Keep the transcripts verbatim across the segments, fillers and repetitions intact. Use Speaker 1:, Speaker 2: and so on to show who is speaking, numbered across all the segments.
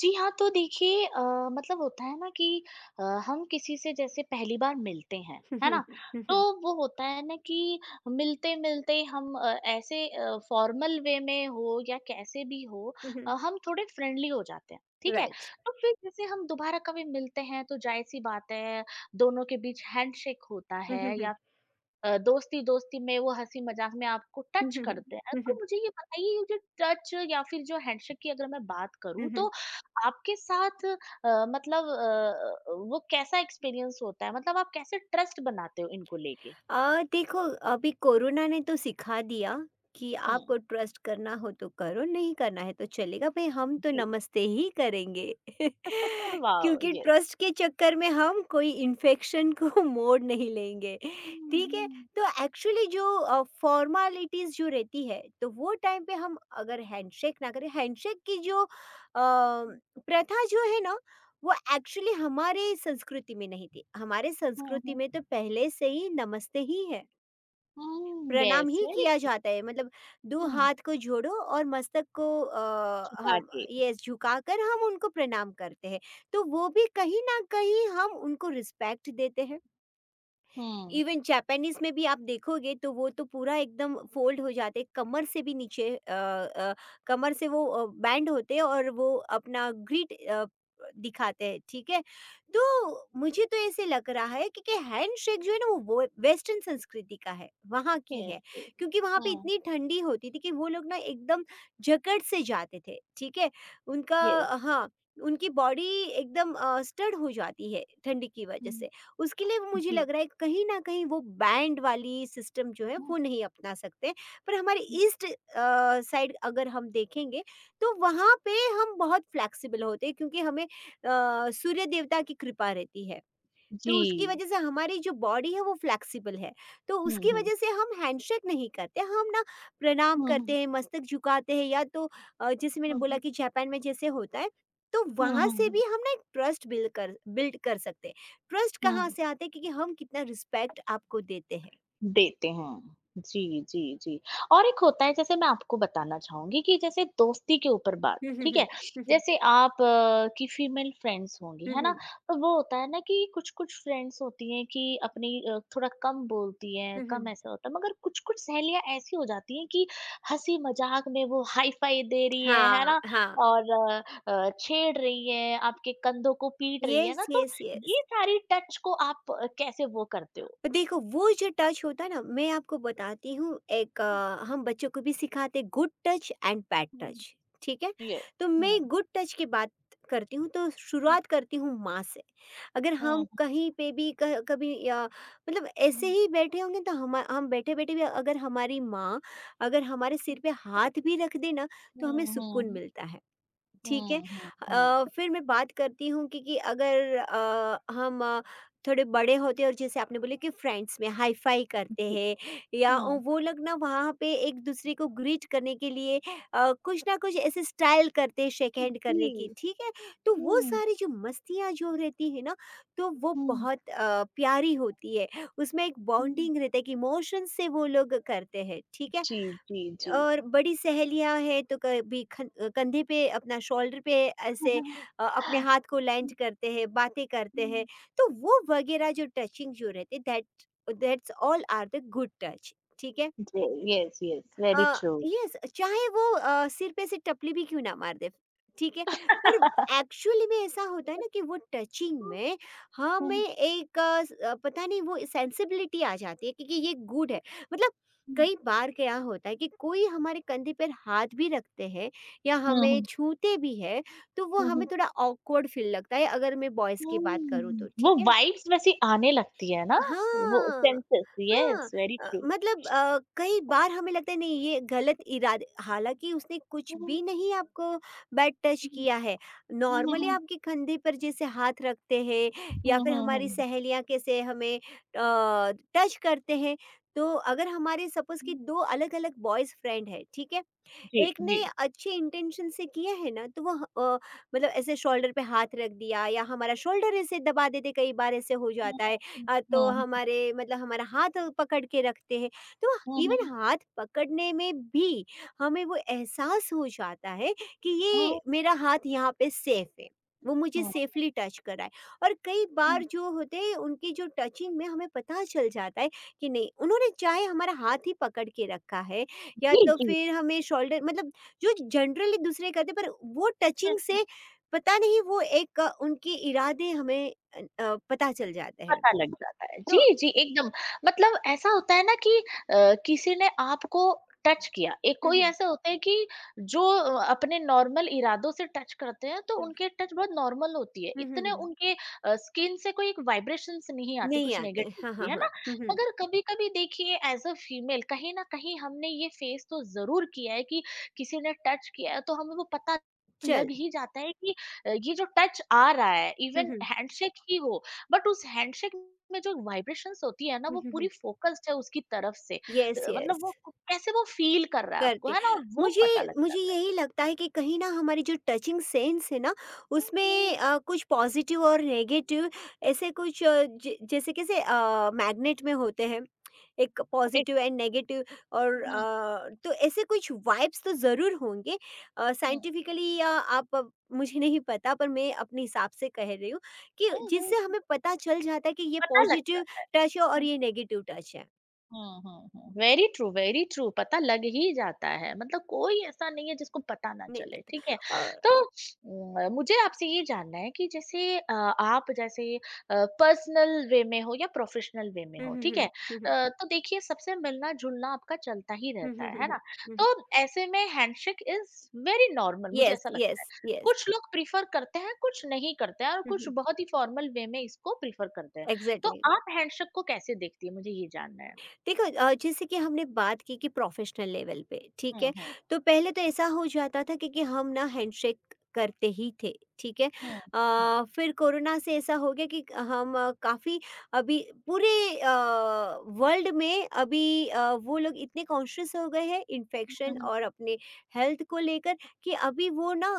Speaker 1: जी हाँ, तो देखिए अ, मतलब होता है ना कि अ, हम किसी से जैसे पहली बार मिलते हैं, है ना? तो वो होता है ना कि मिलते-मिलते हम अ, ऐसे अ, फॉर्मल वे में हो या कैसे भी हो अ, हम थोड़े फ्रेंडली हो जाते हैं, ठीक है?
Speaker 2: राइट
Speaker 1: तो फिर जैसे हम दोबारा कभी मिलते हैं तो ज़ाहिर-सी बात है, दोनों के बीच हैंडशेक होता है या अ, दोस्ती-दोस्ती में वो हँसी-मज़ाक में आपको टच करते हैं। तो मुझे ये बताइए ये जो टच या फिर जो हैंडशेक की अगर मैं बात करूँ तो आपके साथ अ, मतलब अ, वो कैसा एक्सपीरियंस होता है? मतलब आप कैसे ट्रस्ट बनाते हो इनको लेके?
Speaker 2: आ देखो, अभी कोरोना ने तो सिखा दिया कि
Speaker 1: हुँ,
Speaker 2: आपको ट्रस्ट करना हो तो करो, नहीं करना है तो चलेगा भाई, हम तो
Speaker 1: जी।
Speaker 2: नमस्ते ही करेंगे
Speaker 1: वाओ!
Speaker 2: क्योंकि
Speaker 1: यस।
Speaker 2: ट्रस्ट के चक्कर में हम कोई इन्फेक्शन को मोड़ नहीं लेंगे।
Speaker 1: हुँ,
Speaker 2: ठीक है।
Speaker 1: हुँ,
Speaker 2: तो एक्चुअली जो फॉर्मालिटीज जो रहती है तो वो टाइम पे हम अगर हैंडशेक ना करें, हैंडशेक की जो अ,
Speaker 1: हुँ।
Speaker 2: प्रथा जो है ना, वो एक्चुअली हमारे संस्कृति में नहीं थी। हमारे
Speaker 1: हुँ,
Speaker 2: संस्कृति
Speaker 1: हुँ।
Speaker 2: में तो पहले से ही नमस्ते ही है,
Speaker 1: हुँ,
Speaker 2: प्रणाम
Speaker 1: यस,
Speaker 2: ही
Speaker 1: वेरी
Speaker 2: किया जाता है। मतलब दो
Speaker 1: हुँ,
Speaker 2: हाथ को जोड़ो और मस्तक को अ,
Speaker 1: झुका
Speaker 2: हम
Speaker 1: के।
Speaker 2: ये झुकाकर हम उनको प्रणाम करते हैं। तो वो भी कहीं न कहीं हम उनको रिस्पेक्ट देते हैं।
Speaker 1: हुँ,
Speaker 2: इवन जापानीज़ में भी आप देखोगे तो वो तो पूरा एकदम फ़ोल्ड हो जाते हैं, कमर से भी नीचे अ अ, कमर से वो अ, बैंड होते हैं और वो अपना ग्रिट अ, दिखाते हैं, ठीक है? तो मुझे तो ऐसे लग रहा है, क्योंकि हैंडशेक जो है ना, वो वेस्टर्न संस्कृति का है, वहाँ की
Speaker 1: यस,
Speaker 2: है।
Speaker 1: यस।
Speaker 2: क्योंकि वहाँ पे
Speaker 1: हुँ,
Speaker 2: इतनी ठंडी होती थी कि वो लोग ना एकदम जकड़ से जाते थे, ठीक है? उनका
Speaker 1: यस।
Speaker 2: हाँ, उनकी बॉडी एकदम अ, स्टड हो जाती है ठंडी की वजह
Speaker 1: हुँ,
Speaker 2: से। उसके लिए मुझे
Speaker 1: जी।
Speaker 2: लग रहा है कहीं न कहीं वो बैंड वाली सिस्टम जो है
Speaker 1: हुँ,
Speaker 2: वो नहीं अपना सकते। पर हमारे
Speaker 1: हुँ।
Speaker 2: ईस्ट अ, साइड अगर हम देखेंगे तो वहाँ पे हम बहुत फ्लेक्सिबल होते हैं क्योंकि हमें अ, सूर्य देवता की कृपा रहती है। तो उसकी
Speaker 1: जी।
Speaker 2: वजह से हमारी जो बॉडी है वो फ्लेक्सिबल है, तो
Speaker 1: हुँ,
Speaker 2: उसकी
Speaker 1: हुँ।
Speaker 2: वजह से हम हैंडशेक नहीं करते, हम ना प्रणाम
Speaker 1: हुँ, हुँ।
Speaker 2: करते हैं, मस्तक झुकाते हैं, या तो अ, जैसे मैंने
Speaker 1: हुँ,
Speaker 2: बोला
Speaker 1: हुँ।
Speaker 2: कि जापान में जैसे होता है, तो
Speaker 1: 嗯
Speaker 2: वहाँ से भी
Speaker 1: 嗯
Speaker 2: हम ना एक ट्रस्ट बिल्ड कर बिल्ड कर सकते हैं। ट्रस्ट
Speaker 1: 嗯，
Speaker 2: कहाँ
Speaker 1: 嗯
Speaker 2: से आते हैं, क्योंकि हम कितना रिस्पेक्ट आपको देते हैं।
Speaker 1: देते हैं। जी, जी, जी। और एक होता है जैसे मैं आपको बताना चाहूँगी कि जैसे दोस्ती के ऊपर बात,
Speaker 2: हम्म हम्म
Speaker 1: ठीक है?
Speaker 2: हम्म हम्म
Speaker 1: जैसे आप अ, की फीमेल फ्रेंड्स होंगी,
Speaker 2: हम्म
Speaker 1: है ना?
Speaker 2: हम्म
Speaker 1: तो वो होता है ना कि कुछ-कुछ फ्रेंड्स होती हैं कि अपनी अ, थोड़ा कम बोलती हैं,
Speaker 2: हम्म,
Speaker 1: कम
Speaker 2: हम्म।
Speaker 1: ऐसा होता है, मगर कुछ-कुछ सहेलियाँ ऐसी हो जाती हैं कि हँसी-मज़ाक में वो हाई-फ़ाई दे रही है, है
Speaker 2: हाँ
Speaker 1: ना?
Speaker 2: हाँ।
Speaker 1: और अ अ, छेड़ रही है, आपके कंधों को पीट रही है
Speaker 2: यस
Speaker 1: ना, तो
Speaker 2: यस यस।
Speaker 1: ये सारी टच को आप अ, कैसे वो करते
Speaker 2: देखो, वो जो टच होता है ना, मैं आपको बताती हूँ। एक
Speaker 1: हो?
Speaker 2: अ, हम बच्चों को भी सिखाते good touch and bad touch. ठीक है।
Speaker 1: Yes.
Speaker 2: तो मैं
Speaker 1: Hmm.
Speaker 2: गुड टच की बात करती हूँ तो
Speaker 1: Hmm.
Speaker 2: शुरुआत करती हूँ माँ से। अगर हम
Speaker 1: Hmm.
Speaker 2: कहीं पे भी कह- कभी अ, मतलब ऐसे
Speaker 1: Hmm.
Speaker 2: ही बैठे होंगे, तो हम हम बैठे बैठे भी अगर हमारी माँ अगर हमारे सिर पे हाथ भी रख देना तो हमें सुकून
Speaker 1: Hmm.
Speaker 2: मिलता है। ठीक है।
Speaker 1: Hmm. Hmm. Hmm.
Speaker 2: अ, फिर मैं बात करती हूँ कि कि अगर अ, हम अ, थोड़े बड़े होते हैं और जैसे आपने बोले कि फ्रेंड्स में हाई-फाई करते
Speaker 1: जी।
Speaker 2: हैं या
Speaker 1: हाँ।
Speaker 2: वो लोग ना, वहाँ पे एक-दूसरे को ग्रीट करने के लिए अ, कुछ ना कुछ ऐसे स्टाइल करते हैं शेक हैंड
Speaker 1: जी।
Speaker 2: करने की, ठीक है? तो वो
Speaker 1: हुँ,
Speaker 2: सारी जो मस्तियाँ जो रहती है ना, तो वो
Speaker 1: हुँ,
Speaker 2: बहुत अ, प्यारी होती है। उसमें एक
Speaker 1: हुँ।
Speaker 2: बॉन्डिंग रहता है कि इमोशन से वो लोग करते हैं, ठीक है?
Speaker 1: जी, जी, जी।
Speaker 2: और बड़ी सहेलियाँ हैं तो कभी खन कंधे पे, अपना शोल्डर पे ऐसे अ, अपने हाथ को लैंड करते हैं, बातें करते हैं, तो वो वगैरह जो टचिंग जो रहते, that that's all are the good touch, ठीक है?
Speaker 1: जी, yes, yes,
Speaker 2: uh,
Speaker 1: very true.
Speaker 2: Yes, चाहे वो अ, सिर पे से टपली भी क्यों ना मार दे, ठीक है? पर एक्चुअली में ऐसा होता है ना कि वो टचिंग में हमें
Speaker 1: हुँ,
Speaker 2: एक अ, स अ, पता नहीं, वो सेंसिबिलिटी आ जाती है क्योंकि ये गुड है। मतलब
Speaker 1: हुँ,
Speaker 2: कई बार क्या होता है कि कोई हमारे कंधे पर हाथ भी रखते हैं या हमें
Speaker 1: हुँ,
Speaker 2: छूते भी हैं, तो वो
Speaker 1: हुँ।
Speaker 2: हमें थोड़ा ऑकवर्ड फ़ील लगता है, अगर मैं बॉयज़ की बात करूँ तो,
Speaker 1: हुँ, वो
Speaker 2: ठीक है?
Speaker 1: वाइब्स वैसी आने लगती है ना, वो
Speaker 2: हाँ,
Speaker 1: सेंसेस
Speaker 2: हाँ।
Speaker 1: Yes, very
Speaker 2: uh,
Speaker 1: true.
Speaker 2: मतलब अ, कई बार हमें लगता है नहीं, ये गलत इरादे, हालाँकि उसने कुछ
Speaker 1: हुँ, हुँ,
Speaker 2: भी नहीं आपको बैड टच किया है। नॉर्मली
Speaker 1: हुँ,
Speaker 2: आपके कंधे पर जैसे हाथ रखते हैं या
Speaker 1: हुँ,
Speaker 2: फिर
Speaker 1: हुँ,
Speaker 2: हमारी
Speaker 1: हुँ,
Speaker 2: सहेलियाँ कैसे हमें अ, टच करते हैं। तो अगर हमारे सपोज़ कि
Speaker 1: हुँ।
Speaker 2: दो अलग-अलग बॉयज़ फ्रेंड है, ठीक है?
Speaker 1: जी,
Speaker 2: एक ने
Speaker 1: जी।
Speaker 2: अच्छे इंटेंशन से किया है ना, तो वो अ, मतलब ऐसे शोल्डर पे हाथ रख दिया या हमारा शोल्डर ऐसे दबा देते, कई बार ऐसे हो
Speaker 1: हुँ,
Speaker 2: जाता है।
Speaker 1: हुँ,
Speaker 2: अ, तो
Speaker 1: हुँ,
Speaker 2: हमारे मतलब हमारा हाथ पकड़ के रखते हैं, तो
Speaker 1: हुँ,
Speaker 2: इवन
Speaker 1: हुँ,
Speaker 2: हाथ पकड़ने में भी हमें वो एहसास हो जाता है कि ये
Speaker 1: हुँ,
Speaker 2: मेरा हाथ यहाँ पे सेफ है, वो मुझे
Speaker 1: हुँ।
Speaker 2: सेफली टच कराए। और कई बार
Speaker 1: 嗯，
Speaker 2: जो होते हैं उनकी जो टचिंग में हमें पता चल जाता है कि नहीं, उन्होंने चाहे हमारा हाथ ही पकड़ के रखा है या
Speaker 1: 聚一
Speaker 2: तो
Speaker 1: 聚，
Speaker 2: फिर हमें शोल्डर, मतलब जो जनरली दूसरे करते, पर वो टचिंग
Speaker 1: 是
Speaker 2: से पता नहीं, वो एक अ, उनके इरादे हमें अ, अ, पता चल जाते हैं।
Speaker 1: पता लग जाता है। जी,
Speaker 2: तो
Speaker 1: जी, एकदम मतलब ऐसा होता है ना कि अ, किसी ने आपको टच किया। एक
Speaker 2: हुँ,
Speaker 1: कोई
Speaker 2: हुँ,
Speaker 1: ऐसे होते हैं कि जो अ, अपने नॉर्मल इरादों से टच करते हैं तो
Speaker 2: हुँ,
Speaker 1: उनके टच बहुत नॉर्मल होती है।
Speaker 2: हुँ, हुँ,
Speaker 1: इतने
Speaker 2: हुँ,
Speaker 1: उनके अ, स्किन से कोई एक वाइब्रेशंस नहीं आती
Speaker 2: नहीं
Speaker 1: कुछ
Speaker 2: आते,
Speaker 1: नेगेटिव
Speaker 2: हाँ,
Speaker 1: की,
Speaker 2: हाँ,
Speaker 1: है
Speaker 2: हाँ,
Speaker 1: ना?
Speaker 2: हुँ, हुँ,
Speaker 1: मगर कभी-कभी देखिए एज़ अ फीमेल कहीं न कहीं हमने ये फेस तो ज़रूर किया है कि किसी ने टच किया है तो हमें वो पता
Speaker 2: चल,
Speaker 1: लग ही जाता है कि अ, ये जो टच आ रहा है
Speaker 2: हुँ,
Speaker 1: इवन
Speaker 2: हुँ,
Speaker 1: हैंडशेक ही हो बट उस हैंडशेक में जो वाइब्रेशंस होती है ना
Speaker 2: हुँ,
Speaker 1: वो
Speaker 2: हुँ, हुँ,
Speaker 1: पूरी फोकस्ड है उसकी तरफ से अ,
Speaker 2: यस, यस
Speaker 1: मतलब वो कु- कैसे वो फील कर रहा है आपको
Speaker 2: करते।
Speaker 1: है ना और वो
Speaker 2: मुझे
Speaker 1: पता लग
Speaker 2: मुझे
Speaker 1: जाता
Speaker 2: यही लगता है कि कहीं ना हमारी जो टचिंग सेंस है ना,
Speaker 1: है।
Speaker 2: उसमें
Speaker 1: हम्म, हम्म,
Speaker 2: अ, कुछ पॉजिटिव और नेगेटिव ऐसे कुछ अ, ज जैसे कैसे अ, मैग्नेट में होते हैं एक
Speaker 1: एक-
Speaker 2: पॉजिटिव एंड नेगेटिव,
Speaker 1: हम्म,
Speaker 2: और
Speaker 1: हम्म,
Speaker 2: अ, तो ऐसे कुछ वाइब्स तो ज़रूर होंगे
Speaker 1: हम्म,
Speaker 2: साइंटिफिकली या आप अब- मुझे नहीं पता, पर मैं अपने हिसाब से कह रही हूँ कि
Speaker 1: हम्म,
Speaker 2: जिससे
Speaker 1: हम्म,
Speaker 2: हमें पता चल जाता है कि ये
Speaker 1: पता लग
Speaker 2: पॉजिटिव
Speaker 1: जाता
Speaker 2: टच है और
Speaker 1: है।
Speaker 2: ये नेगेटिव टच है।
Speaker 1: हुँ, हुँ, हुँ। वेरी ट्रू, वेरी ट्रू पता लग ही जाता है, मतलब कोई ऐसा नहीं है जिसको पता ना
Speaker 2: नहीं
Speaker 1: चले,
Speaker 2: लगता।
Speaker 1: ठीक है?
Speaker 2: और
Speaker 1: तो उम, मुझे आपसे ये जानना है कि जैसे अ, आप जैसे अ, पर्सनल वे में हो या प्रोफ़ेशनल वे में
Speaker 2: हम्म
Speaker 1: हो, ठीक
Speaker 2: हम्म
Speaker 1: है?
Speaker 2: हम्म
Speaker 1: अ, तो देखिए सबसे मिलना-जुलना आपका चलता ही
Speaker 2: हम्म हम्म
Speaker 1: रहता है,
Speaker 2: हम्म
Speaker 1: है ना?
Speaker 2: हम्म हम्म।
Speaker 1: तो ऐसे में हैंडशेक इज़ वेरी नॉर्मल मुझे
Speaker 2: यस
Speaker 1: ऐसा लगता
Speaker 2: यस
Speaker 1: है।
Speaker 2: यस।
Speaker 1: कुछ लोग प्रेफ़र करते हैं, कुछ नहीं करते हैं और कुछ
Speaker 2: हम्म।
Speaker 1: बहुत ही फ़ॉर्मल वे में इसको प्रेफ़र करते हैं। तो
Speaker 2: एग्जैक्टली।
Speaker 1: आप हैंडशेक को कैसे देखती हैं? मुझे ये जानना है।
Speaker 2: देखो, अ, जैसे कि हमने बात की कि प्रोफेशनल लेवल पे, ठीक
Speaker 1: Hmm,
Speaker 2: है।
Speaker 1: hmm.
Speaker 2: तो पहले तो ऐसा हो जाता था कि, कि हम ना हैंडशेक करते ही थे, ठीक है।
Speaker 1: Hmm, hmm.
Speaker 2: अ, फिर कोरोना से ऐसा हो गया कि हम अ, काफ़ी अभी पूरे वर्ल्ड में अभी अ, वो लोग इतने कॉन्शियस हो गए हैं इन्फेक्शन
Speaker 1: Mhm.
Speaker 2: और अपने हेल्थ को लेकर, कि अभी वो ना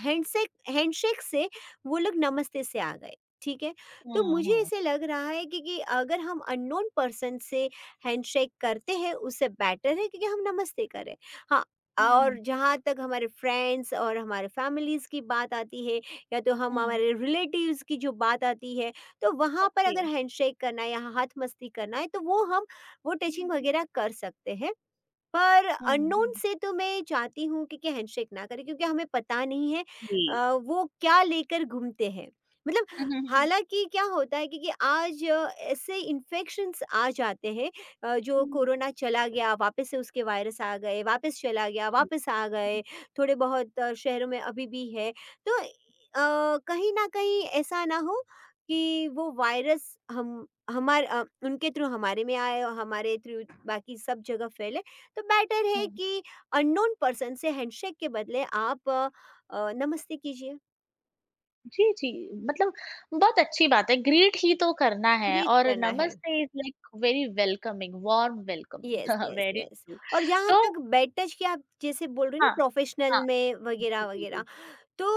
Speaker 2: हैंडशेक हैंडशेक से वो लोग नमस्ते से आ गए, ठीक है। तो
Speaker 1: Hmm,
Speaker 2: मुझे
Speaker 1: hmm.
Speaker 2: ऐसे लग रहा है कि, कि अगर हम अननोन पर्सन से हैंडशेक करते हैं उससे बेटर है क्योंकि हम नमस्ते करें। हाँ।
Speaker 1: Hmm,
Speaker 2: और जहाँ तक हमारे फ्रेंड्स और हमारे फैमिलीज़ की बात आती है या तो हम
Speaker 1: hmm.
Speaker 2: हमारे रिलेटिव्स की जो बात आती है, तो वहाँ पर
Speaker 1: Okay.
Speaker 2: अगर हैंडशेक करना है या हाथ मस्ती करना है तो वो हम, वो
Speaker 1: हुँ,
Speaker 2: टचिंग
Speaker 1: हुँ।
Speaker 2: वगैरह कर सकते हैं। पर
Speaker 1: हुँ,
Speaker 2: अननोन
Speaker 1: हुँ।
Speaker 2: से तो मैं चाहती हूँ कि, कि हैंडशेक ना करें क्योंकि हमें पता नहीं है
Speaker 1: जी।
Speaker 2: अ, वो क्या लेकर घूमते हैं। मतलब,
Speaker 1: हुँ, हुँ, हुँ, हुँ।
Speaker 2: हालाँकि क्या होता है कि, कि आज अ, ऐसे इन्फेक्शंस आ जाते हैं अ, जो
Speaker 1: हुँ,
Speaker 2: कोरोना चला गया, वापस से उसके वायरस आ गए, वापस चला गया,
Speaker 1: जी,
Speaker 2: वापस आ गए, थोड़े बहुत अ, शहरों में अभी भी है। तो अ, कहीं न कहीं ऐसा ना हो कि वो वायरस हम हमार अ, उनके थ्रू हमारे में आए और हमारे थ्रू बाकी सब जगह फैले, तो बेटर
Speaker 1: हुँ,
Speaker 2: है
Speaker 1: हुँ।
Speaker 2: कि अननोन पर्सन से हैंडशेक के बदले आप अ, अ, नमस्ते कीजिए,
Speaker 1: जी, जी, मतलब बहुत अच्छी बात है, ग्रीट ही तो करना है
Speaker 2: ग्रीट
Speaker 1: और
Speaker 2: करना है।
Speaker 1: नमस्ते is like very welcoming, warm welcome
Speaker 2: yes, yes,
Speaker 1: very
Speaker 2: yes.
Speaker 1: True.
Speaker 2: और जहाँ
Speaker 1: तो
Speaker 2: तक बैड टच की आप जैसे बोल रहे हो ना,
Speaker 1: हाँ,
Speaker 2: प्रोफ़ेशनल
Speaker 1: हाँ,
Speaker 2: में
Speaker 1: जी, जी,
Speaker 2: वगैरह-वगैरह,
Speaker 1: जी।
Speaker 2: तो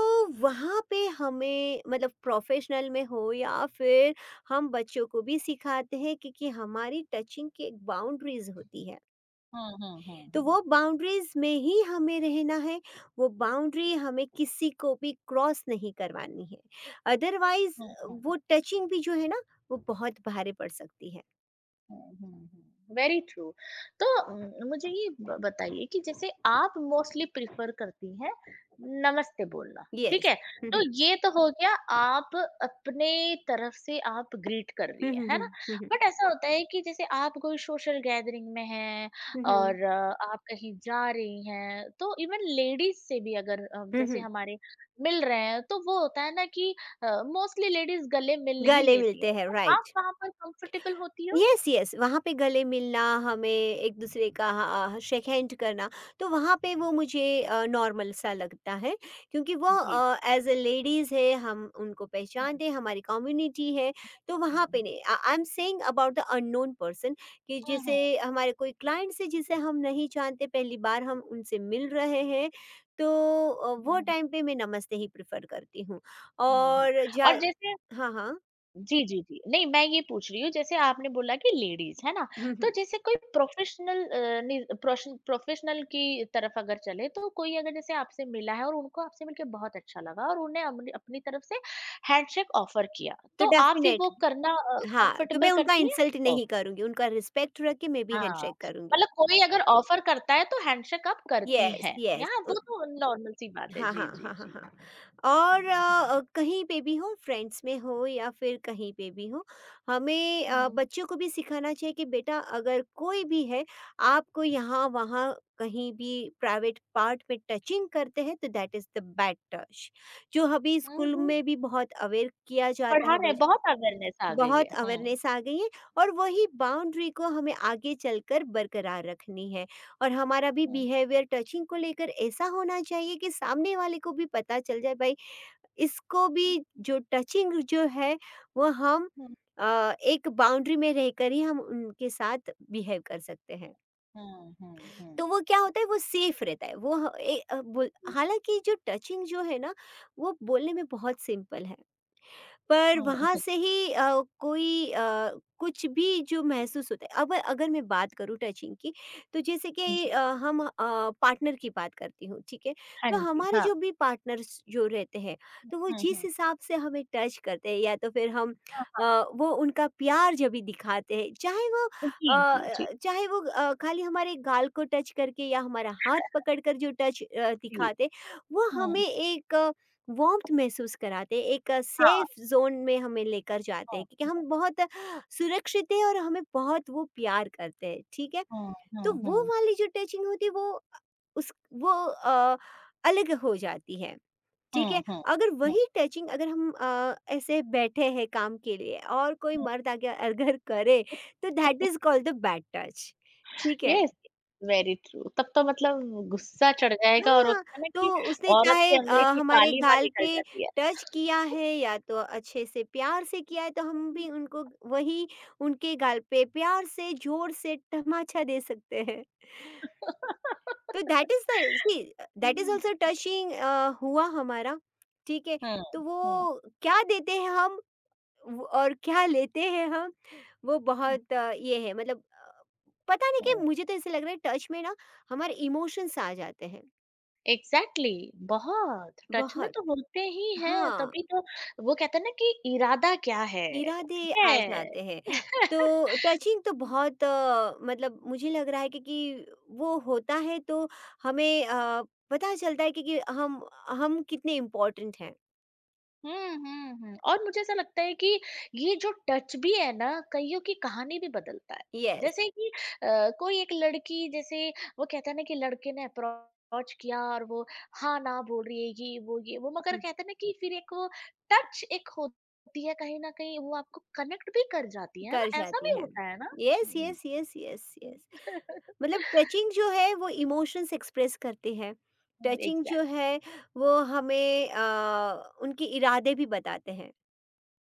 Speaker 2: वहाँ पे हमें, मतलब प्रोफ़ेशनल में हो या फिर हम बच्चों को भी सिखाते हैं, क्योंकि हमारी टचिंग की एक बाउंड्रीज़ होती है।
Speaker 1: हुँ, हुँ, हुँ,
Speaker 2: तो
Speaker 1: हुँ।
Speaker 2: वो बाउंड्रीज़ में ही हमें रहना है, वो बाउंड्री हमें किसी को भी क्रॉस नहीं करवानी है। अदरवाइज़
Speaker 1: हुँ, हुँ।
Speaker 2: वो टचिंग भी जो है ना, वो बहुत भारी पड़ सकती है।
Speaker 1: हुँ, हुँ, हुँ। Very true. तो उम, मुझे ये ब बताइए कि जैसे आप मोस्टली प्रेफ़र करती हैं नमस्ते बोलना, ठीक
Speaker 2: येस।
Speaker 1: है?
Speaker 2: हुँ,
Speaker 1: तो
Speaker 2: हुँ।
Speaker 1: ये तो हो गया आप अपने तरफ से आप ग्रीट कर रही
Speaker 2: हुँ,
Speaker 1: हैं,
Speaker 2: हुँ,
Speaker 1: है ना?
Speaker 2: हुँ। हुँ,
Speaker 1: बट ऐसा होता है कि जैसे आप कोई सोशल गैदरिंग में हैं
Speaker 2: हुँ।
Speaker 1: और अ, आप कहीं जा रही हैं, तो इवन लेडीज़ से भी अगर अ,
Speaker 2: हुँ,
Speaker 1: जैसे
Speaker 2: हुँ।
Speaker 1: हमारे मिल रहे हैं, तो वो होता है ना कि अ, मोस्टली लेडीज़ गले मिल नहीं
Speaker 2: गले
Speaker 1: लेती
Speaker 2: मिलते
Speaker 1: हैं।
Speaker 2: हैं,
Speaker 1: तो आप
Speaker 2: राइट।
Speaker 1: वहाँ पर कम्फ़र्टेबल होती हो?
Speaker 2: यस, यस, वहाँ पे गले मिलना, हमें एक-दूसरे का ह अ, शेक हैंड करना, तो वहाँ पे वो मुझे अ, नॉर्मल सा लगता है क्योंकि वो
Speaker 1: जी।
Speaker 2: अ, एज़ अ लेडीज़ है, हम उनको
Speaker 1: हुँ,
Speaker 2: पहचानते हैं, हमारी कम्युनिटी है, तो वहाँ पे
Speaker 1: हुँ।
Speaker 2: नहीं। Uh, I am saying about the unknown person, कि
Speaker 1: हुँ,
Speaker 2: जैसे
Speaker 1: हुँ, हुँ,
Speaker 2: हमारे कोई क्लाइंट्स हैं, जिसे हम नहीं जानते, पहली बार हम उनसे मिल रहे हैं, तो अ, वो
Speaker 1: हुँ,
Speaker 2: टाइम पे मैं नमस्ते ही प्रेफ़र करती हूँ।
Speaker 1: हुँ, हुँ।
Speaker 2: और जा
Speaker 1: और हुँ। जैसे
Speaker 2: हाँ, हाँ।
Speaker 1: जी, जी, जी। नहीं, मैं ये पूछ रही हूँ जैसे आपने बोला कि लेडीज़, है ना?
Speaker 2: हुँ,
Speaker 1: तो
Speaker 2: हुँ।
Speaker 1: जैसे कोई प्रोफ़ेशनल अ, नि प्रोश प्रोफ़ेशनल की तरफ अगर चले तो कोई अगर जैसे आपसे मिला है और उनको आपसे मिलके बहुत अच्छा लगा और उन्हें अपनी अपनी तरफ से हैंडशेक ऑफ़र किया,
Speaker 2: तो
Speaker 1: तो आप फिर
Speaker 2: डेफ़िनेट,
Speaker 1: वो करना अ,
Speaker 2: हाँ, तो
Speaker 1: कंफ़र्टेबल
Speaker 2: मैं उनका
Speaker 1: करती हैं?
Speaker 2: Insult
Speaker 1: oh!
Speaker 2: नहीं करूँगी, उनका रिस्पेक्ट रख के मैं भी
Speaker 1: हाँ,
Speaker 2: हैंडशेक करूँगी।
Speaker 1: मतलब कोई अगर ऑफ़र करता है तो हैंडशेक आप करती
Speaker 2: येस,
Speaker 1: हैं।
Speaker 2: येस,
Speaker 1: यहाँ
Speaker 2: अ,
Speaker 1: वो तो नॉर्मल सी बात है।
Speaker 2: हाँ, हाँ,
Speaker 1: जी,
Speaker 2: हाँ,
Speaker 1: जी,
Speaker 2: हाँ,
Speaker 1: जी।
Speaker 2: हाँ।
Speaker 1: हुँ,
Speaker 2: और
Speaker 1: हुँ,
Speaker 2: अ,
Speaker 1: हुँ।
Speaker 2: कहीं पे भी हो, फ्रेंड्स में हो या फिर कहीं पे भी हो, हमें
Speaker 1: हुँ,
Speaker 2: अ,
Speaker 1: हुँ, हुँ।
Speaker 2: बच्चों को भी सिखाना चाहिए कि बेटा अगर कोई भी है, आपको यहाँ-वहाँ कहीं भी प्राइवेट पार्ट में टचिंग करते हैं तो that is the bad touch. जो अभी
Speaker 1: हुँ,
Speaker 2: स्कूल
Speaker 1: हुँ।
Speaker 2: में भी बहुत अवेयर किया
Speaker 1: और
Speaker 2: जाता
Speaker 1: हाँ,
Speaker 2: है
Speaker 1: नहीं
Speaker 2: बच
Speaker 1: बहुत अवेयरनेस आ गई है।
Speaker 2: बहुत
Speaker 1: हुँ,
Speaker 2: अवेयरनेस आ गई है, और वही बाउंड्री को हमें आगे चलकर बरकरार रखनी है, और हमारा भी
Speaker 1: हुँ।
Speaker 2: बिहेवियर टचिंग को लेकर ऐसा होना चाहिए कि सामने वाले को भी पता चल जाए भाई इसको भी
Speaker 1: हुँ, हुँ,
Speaker 2: जो टचिंग जो है वो हम
Speaker 1: हुँ।
Speaker 2: अ, एक बाउंड्री में रहकर ही हम उनके साथ बिहेव कर सकते हैं,
Speaker 1: हुँ, हुँ,
Speaker 2: तो
Speaker 1: हुँ।
Speaker 2: वो क्या होता है, वो सेफ रहता है। वो ह- ए- अ, बोल-
Speaker 1: हुँ।
Speaker 2: हालांकि जो टचिंग जो है ना, वो बोलने में बहुत सिंपल है, पर
Speaker 1: हुँ,
Speaker 2: वहाँ
Speaker 1: हुँ।
Speaker 2: से ही अ, कोई अ, कुछ भी जो महसूस होता है। अब अगर मैं बात करूँ टचिंग की, तो जैसे कि अ,
Speaker 1: जी,
Speaker 2: हम अ, पार्टनर की बात करती हूँ, ठीक है।
Speaker 1: हाँ
Speaker 2: तो
Speaker 1: जी,
Speaker 2: हमारे
Speaker 1: हाँ।
Speaker 2: जो भी पार्टनर्स जो रहते हैं, तो वो
Speaker 1: हुँ,
Speaker 2: जिस
Speaker 1: हुँ।
Speaker 2: हिसाब से हमें टच करते हैं या तो फिर हम अ, वो उनका प्यार जब भी दिखाते हैं, चाहे वो
Speaker 1: जी, जी, जी,
Speaker 2: अ, चाहे वो अ, खाली हमारे गाल को टच करके या हमारा हाथ पकड़ कर जो टच
Speaker 1: जी।
Speaker 2: दिखाते, वो हमें
Speaker 1: हुँ।
Speaker 2: एक वार्म्थ महसूस कराते हैं, एक
Speaker 1: हाँ।
Speaker 2: सेफ ज़ोन में हमें लेकर जाते हैं क्योंकि
Speaker 1: हुँ,
Speaker 2: हम बहुत सुरक्षित हैं और हमें बहुत वो प्यार करते हैं, ठीक है?
Speaker 1: हुँ,
Speaker 2: तो
Speaker 1: हुँ,
Speaker 2: वो
Speaker 1: हुँ,
Speaker 2: वाली जो टचिंग होती है वो अ, उस वो अ, अलग हो जाती है, ठीक
Speaker 1: हुँ,
Speaker 2: है?
Speaker 1: हुँ,
Speaker 2: अगर
Speaker 1: हुँ,
Speaker 2: वही टचिंग अगर हम अ, ऐसे बैठे हैं काम के लिए और कोई
Speaker 1: हुँ।
Speaker 2: मर्द आगे अगर करे, तो that is called the bad touch, ठीक है?
Speaker 1: Yes, very true. तब तो मतलब गुस्सा चढ़ जाएगा और होता
Speaker 2: हाँ,
Speaker 1: है ना
Speaker 2: तो
Speaker 1: कि
Speaker 2: उसने
Speaker 1: औरत
Speaker 2: चाहे
Speaker 1: के
Speaker 2: अ,
Speaker 1: अंदर की
Speaker 2: हमारे
Speaker 1: काली माँ
Speaker 2: गाल
Speaker 1: निकल
Speaker 2: पे
Speaker 1: जाती है।
Speaker 2: टच किया है या तो अच्छे से प्यार से किया है, तो हम भी उनको वही उनके गाल पे प्यार से जोर से तमाचा दे सकते हैं। तो that is the see that is
Speaker 1: हुँ। हुँ,
Speaker 2: ऑल्सो टचिंग अ, हुआ हमारा, ठीक है? तो
Speaker 1: हुँ,
Speaker 2: वो क्या देते हैं हम, व और क्या लेते हैं हम, वो
Speaker 1: हुँ,
Speaker 2: बहुत अ, ये है मतलब अ, पता नहीं क्यों,
Speaker 1: हुँ।
Speaker 2: मुझे तो ऐसे लग रहा है टच में ना हमारे इमोशंस आ जाते हैं,
Speaker 1: एग्जैक्टली exactly, बहुत टच में
Speaker 2: बहुत।
Speaker 1: तो होते ही हैं
Speaker 2: हाँ।
Speaker 1: तभी तो वो कहते हैं ना कि इरादा क्या है,
Speaker 2: इरादे
Speaker 1: ठीक
Speaker 2: आ
Speaker 1: है।
Speaker 2: जाते हैं। तो टचिंग तो बहुत अ, मतलब मुझे लग रहा है क्योंकि वो होता है, तो हमें अ, पता चलता है कि कि हम हम कितने इम्पोर्टेंट हैं।
Speaker 1: हम्म, हम्म, हम्म और मुझे ऐसा लगता है कि ये जो टच भी है ना कईयों की कहानी भी बदलता है
Speaker 2: यस,
Speaker 1: जैसे कि अ, कोई एक लड़की जैसे वो कहता है ना कि लड़के ने अप्रोच किया और वो हाँ ना बोल रही है ये वो ये वो मगर
Speaker 2: हुँ।
Speaker 1: कहते हैं ना कि फिर एक वो टच एक होती है कहीं ना कहीं वो आपको कनेक्ट भी कर जाती है
Speaker 2: कर
Speaker 1: ना, ऐसा भी
Speaker 2: जाती है।
Speaker 1: होता है ना।
Speaker 2: यस,
Speaker 1: हम्म।
Speaker 2: यस, यस, यस,
Speaker 1: हुँ।
Speaker 2: यस। मतलब टचिंग जो है वो इमोशंस एक्सप्रेस करती है।
Speaker 1: हुँ,
Speaker 2: टचिंग जो
Speaker 1: एग्ज़ैक्ट
Speaker 2: है वो हमें अ, उनके इरादे भी बताते हैं।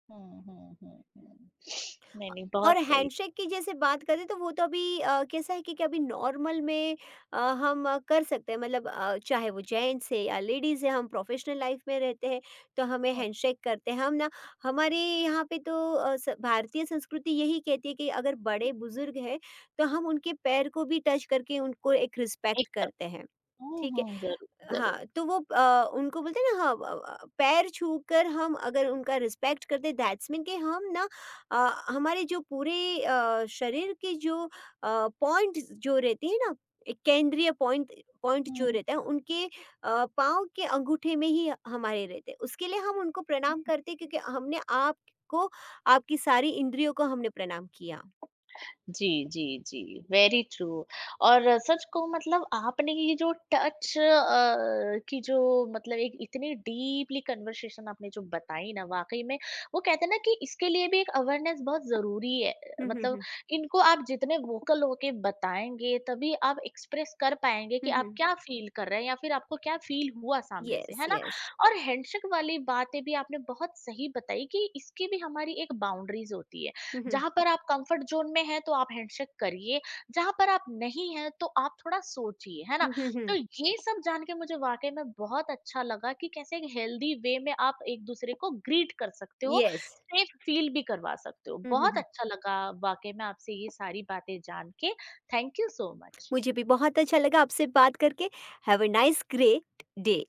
Speaker 1: हुँ, हुँ, हुँ, हुँ। नहीं, नहीं
Speaker 2: और
Speaker 1: बहुत सही,
Speaker 2: हैंडशेक की जैसे बात करें, तो वो तो अभी अ, कैसा है कि कि अभी नॉर्मल में अ, हम अ, कर सकते हैं, मतलब अ, चाहे वो जेंट्स है या लेडीज़ है, हम प्रोफेशनल लाइफ में रहते हैं, तो हमें
Speaker 1: हुँ।
Speaker 2: हैंडशेक करते हैं हम ना। हमारे यहाँ पे तो अ, स- भारतीय संस्कृति यही कहती है कि अगर बड़े बुजुर्ग हैं तो हम उनके पैर को भी टच करके उनको एक रिस्पेक्ट
Speaker 1: एकदम।
Speaker 2: करते हैं,
Speaker 1: हुँ,
Speaker 2: ठीक है।
Speaker 1: हुँ, ज़रूर, ज़रूर।
Speaker 2: हाँ, तो वो अ, उनको बोलते हैं ना हाँ, अ अ, पैर छूकर हम अगर उनका रिस्पेक्ट करते दैट्स मीन कि हम ना अ, हमारे जो पूरे अ, शरीर के जो अ, पॉइंट्स जो रहते हैं ना, एक केंद्रीय पॉइंट पॉइंट जो
Speaker 1: हुँ।
Speaker 2: रहता है उनके अ, पाँव के अंगूठे में ही हमारे रहते हैं। उसके लिए हम उनको प्रणाम करते हैं क्योंकि हमने आपको आपकी सारी इंद्रियों को हमने प्रणाम किया।
Speaker 1: जी, जी, जी, वेरी ट्रू और अ, सच कहूँ मतलब आपने ये जो टच अ, की जो मतलब एक इतनी डीपली कन्वर्सेशन आपने जो बताई ना वाक़ई में वो कहते हैं ना कि इसके लिए भी एक अवेयरनेस बहुत ज़रूरी है। अ,
Speaker 2: हुँ, हुँ,
Speaker 1: मतलब
Speaker 2: हुँ।
Speaker 1: इनको आप जितने वोकल होके बताएँगे तभी आप एक्सप्रेस कर पाएँगे कि
Speaker 2: हुँ,
Speaker 1: आप
Speaker 2: हुँ।
Speaker 1: क्या फ़ील कर रहे हैं या फिर आपको क्या फ़ील हुआ सामने से,
Speaker 2: यस,
Speaker 1: है ना?
Speaker 2: यस।
Speaker 1: और हैंडशेक वाली बातें भी आपने बहुत सही बताई कि इसकी भी हमारी एक बाउंड्रीज़ होती है।
Speaker 2: हुँ, हुँ।
Speaker 1: जहाँ पर आप कंफर्ट जोन में हैं तो आप हैंडशेक करिए, जहाँ पर आप नहीं हैं तो आप थोड़ा सोचिए, है ना?
Speaker 2: हुँ, हुँ, हुँ।
Speaker 1: तो ये सब जान के मुझे वाक़ई में बहुत अच्छा लगा कि कैसे एक हेल्दी वे में आप एक-दूसरे को ग्रीट कर सकते हो,
Speaker 2: यस।
Speaker 1: सेफ फील भी करवा सकते हो।
Speaker 2: हुँ, हुँ,
Speaker 1: बहुत
Speaker 2: हुँ।
Speaker 1: अच्छा लगा वाक़ई में आपसे ये सारी बातें जान के। Thank you so much.
Speaker 2: मुझे भी बहुत अच्छा लगा आपसे बात करके। Have a nice great day.